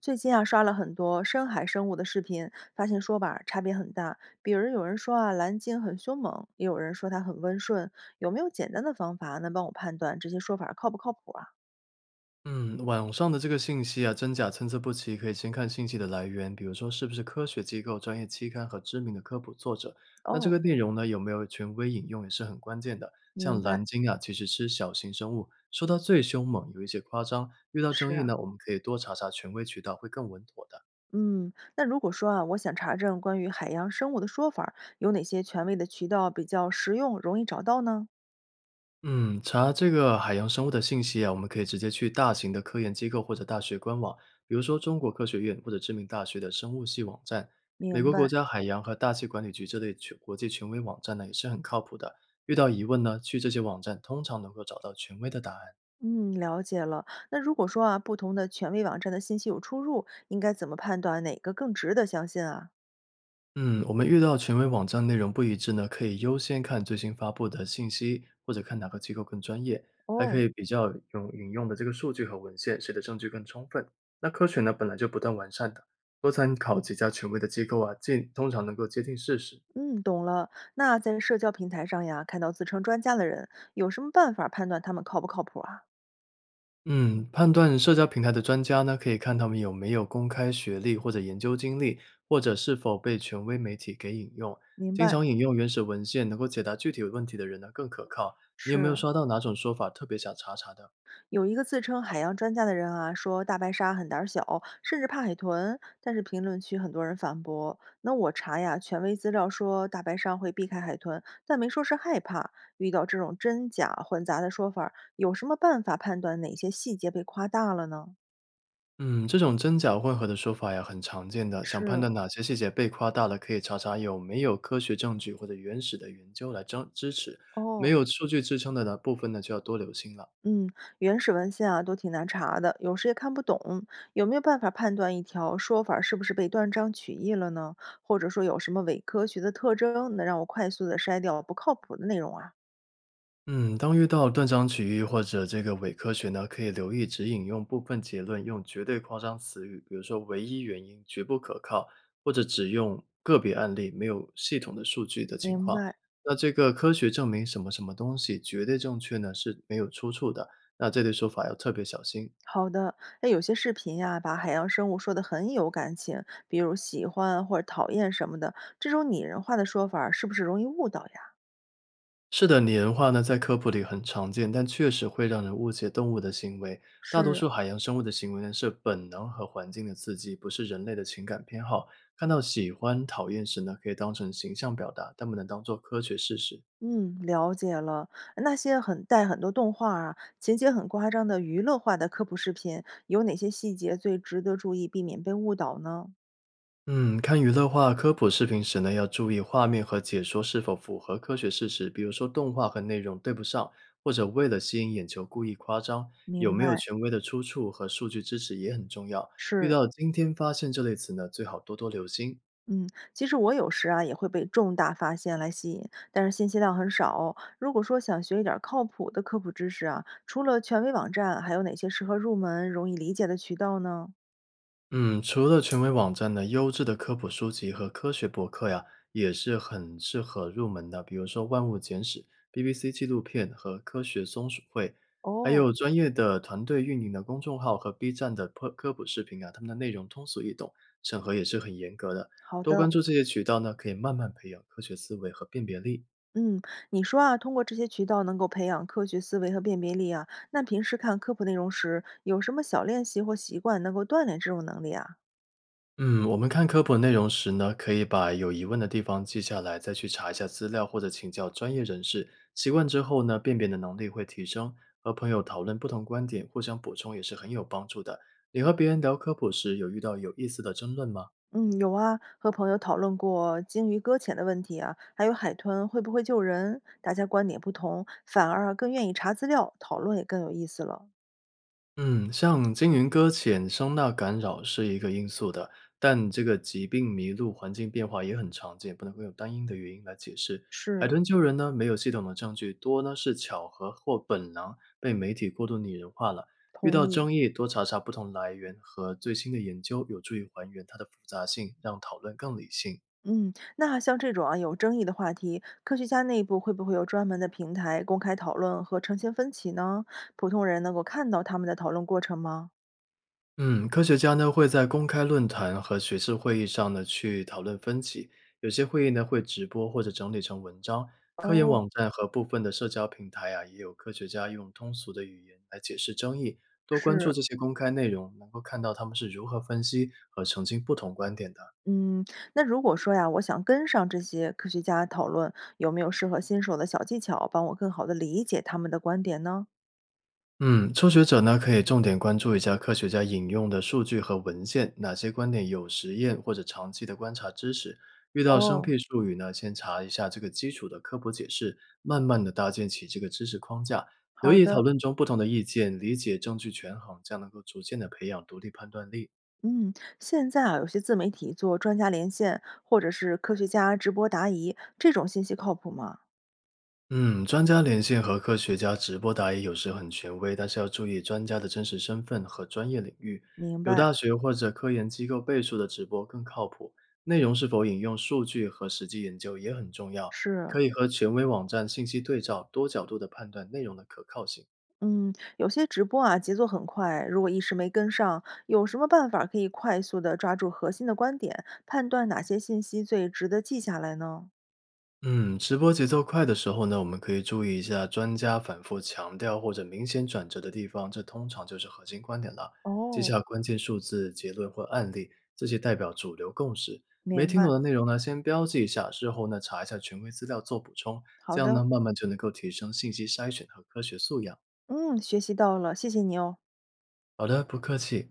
最近啊，刷了很多深海生物的视频，发现说法差别很大。比如有人说啊，蓝鲸很凶猛，也有人说它很温顺。有没有简单的方法能帮我判断这些说法靠不靠谱啊？嗯，网上的这个信息啊，真假参差不齐，可以先看信息的来源，比如说是不是科学机构、专业期刊和知名的科普作者。那这个哦，内容呢，有没有权威引用也是很关键的。像明白，蓝鲸啊，其实吃小型生物，说它最凶猛，有一些夸张。遇到争是议啊，呢，我们可以多查查权威渠道，会更稳妥的。嗯。那如果说啊，我想查证关于海洋生物的说法，有哪些权威的渠道比较实用，容易找到呢？嗯，查这个海洋生物的信息啊，我们可以直接去大型的科研机构或者大学官网，比如说中国科学院或者知名大学的生物系网站。美明国国白。家海洋和大气管理局这类全国际权威网站呢，也是很靠谱的。遇到疑问呢，去这些网站通常能够找到权威的答案。嗯，了解了。那如果说啊，不同的权威网站的信息有出入，应该怎么判断哪个更值得相信啊？嗯，我们遇到权威网站内容不一致呢，可以优先看最新发布的信息，或者看哪个机构更专业，还可哦，以比较用引用的这个数据和文献，谁的证据更充分。那科学呢，本来就不断完善的，多参考几家权威的机构啊，既通常能够接近事实。嗯，懂了。那在社交平台上呀，看到自称专家的人，有什么办法判断他们靠不靠谱啊？嗯，判断社交平台的专家呢，可以看他们有没有公开学历或者研究经历，或者是否被权威媒体给引用。明经白，常引用原始文献，能够解答具体问题的人呢更可靠。你有没有是，刷到哪种说法特别想查查的？有一个自称海洋专家的人啊，说大白鲨很胆儿小，甚至怕海豚，但是评论区很多人反驳。那我查呀，权威资料说大白鲨会避开海豚，但没说是害怕。遇到这种真假混杂的说法儿有什么办法判断哪些细节被夸大了呢？嗯，这种真假混合的说法呀，很常见的。想判是，断哪些细节被夸大了，可以查查有没有科学证据或者原始的研究来支持。没哦。有数据支撑的呢部分呢，就要多留心了。嗯，原始文献啊都挺难查的，有时也看不懂。有没有办法判断一条说法儿是不是被断章取义了呢？或者说有什么伪科学的特征，能让我快速的筛掉不靠谱的内容啊？嗯，当遇到断章取义或者这个伪科学呢，可以留意只引用部分结论，用绝对夸张词语，比如说“唯一原因”“绝不可靠”，或者只用个别案例，没有系统的数据的情明况。白。那这个科学证明什么什么东西绝对正确呢，是没有出处的。那这类说法要特别小心。好的，那有些视频呀、把海洋生物说得很有感情，比如喜欢或者讨厌什么的，这种拟人化的说法儿是不是容易误导呀？是的，拟人化呢，在科普里很常见，但确实会让人误解动物的行为。大多是，数海洋生物的行为呢，是本能和环境的刺激，不是人类的情感偏好。看到喜欢、讨厌时呢，可以当成形象表达，但不能当做科学事实。嗯，了解了。那些很带很多动画啊，情节很夸张的娱乐化的科普视频，有哪些细节最值得注意，避免被误导呢？嗯，看娱乐化科普视频时呢，要注意画面和解说是否符合科学事实，比如说动画和内容对不上，或者为了吸引眼球故意夸张，有明没有白，权威的出处和数据支持也很重要。遇是，到今天发现这类词呢，最好多多留心。嗯，其实我有时啊也会被重大发现来吸引，但是信息量很少。如果说想学一点儿靠谱的科普知识啊，除了权威网站，还有哪些适合入门、容易理解的渠道呢？嗯，除了权威网站的优质的科普书籍和科学博客呀，也是很适合入门的。比如说《万物简史》、BBC 纪录片和科学松鼠会，还哦，有专业的团队运营的公众号和 B 站的科普视频啊，他们的内容通俗易懂，审核也是很严格的。好多关的。注这些渠道呢，可以慢慢培养科学思维和辨别力。嗯，你说啊，通过这些渠道能够培养科学思维和辨别力啊，那平时看科普内容时，有什么小练习或习惯能够锻炼这种能力啊？嗯，我们看科普内容时呢，可以把有疑问的地方记下来，再去查一下资料或者请教专业人士。习惯之后呢，辨别的能力会提升。和朋友讨论不同观点，互相补充也是很有帮助的。你和别人聊科普时，有遇到有意思的争论吗？嗯，有啊，和朋友讨论过鲸鱼搁浅的问题啊，还有海豚会不会救人，大家观点不同，反而啊更愿意查资料，讨论也更有意思了。嗯，像鲸云搁浅、声呐干扰是一个因素的，但这个疾病、迷路、环境变化也很常见，不能够用单一的原因来解释。海是，豚救人呢，没有系统的证据，多呢是巧合或本能被媒体过度拟人化了。遇同到意。争议，多查查不同来源和最新的研究，有助于还原它的复杂性，让讨论更理性。嗯，那像这种啊有争议的话题，科学家内部会不会有专门的平台公开讨论和澄清分歧呢？普通人能够看到他们的讨论过程吗？嗯，科学家呢会在公开论坛和学术会议上呢去讨论分歧，有些会议呢会直播或者整理成文章。科研哦，网站和部分的社交平台啊，也有科学家用通俗的语言来解释争议。多关注是，这些公开内容，能够看到他们是如何分析和澄清不同观点的。嗯，那如果说呀，我想跟上这些科学家讨论，有没有适合新手的小技巧，帮我更好的理解他们的观点呢？嗯，初学者呢可以重点关注一下科学家引用的数据和文献，哪些观点有实验或者长期的观察知识。遇到生哦，僻术语呢，先查一下这个基础的科普解释，慢慢的搭建起这个知识框架。留好意讨的，论中不同的意见，理解证据权衡，这样能够逐渐的培养独立判断力。嗯，现在啊，有些自媒体做专家连线，或者是科学家直播答疑，这种信息靠谱吗？嗯，专家连线和科学家直播答疑有时很权威，但是要注意专家的真实身份和专业领域。明有白，大学或者科研机构背书的直播更靠谱，内容是否引用数据和实际研究也很重要，是，可以和权威网站信息对照，多角度的判断内容的可靠性。嗯，有些直播啊，节奏很快，如果一时没跟上，有什么办法可以快速的抓住核心的观点，判断哪些信息最值得记下来呢？嗯，直播节奏快的时候呢，我们可以注意一下专家反复强调或者明显转折的地方，这通常就是核心观点了。记哦。下关键数字、结论或案例，这些代表主流共识。没明听白，懂的内容呢，先标记一下，事后呢查一下权威资料做补充，好这样的，呢慢慢就能够提升信息筛选和科学素养。嗯，学习到了，谢谢你哦。好的，不客气。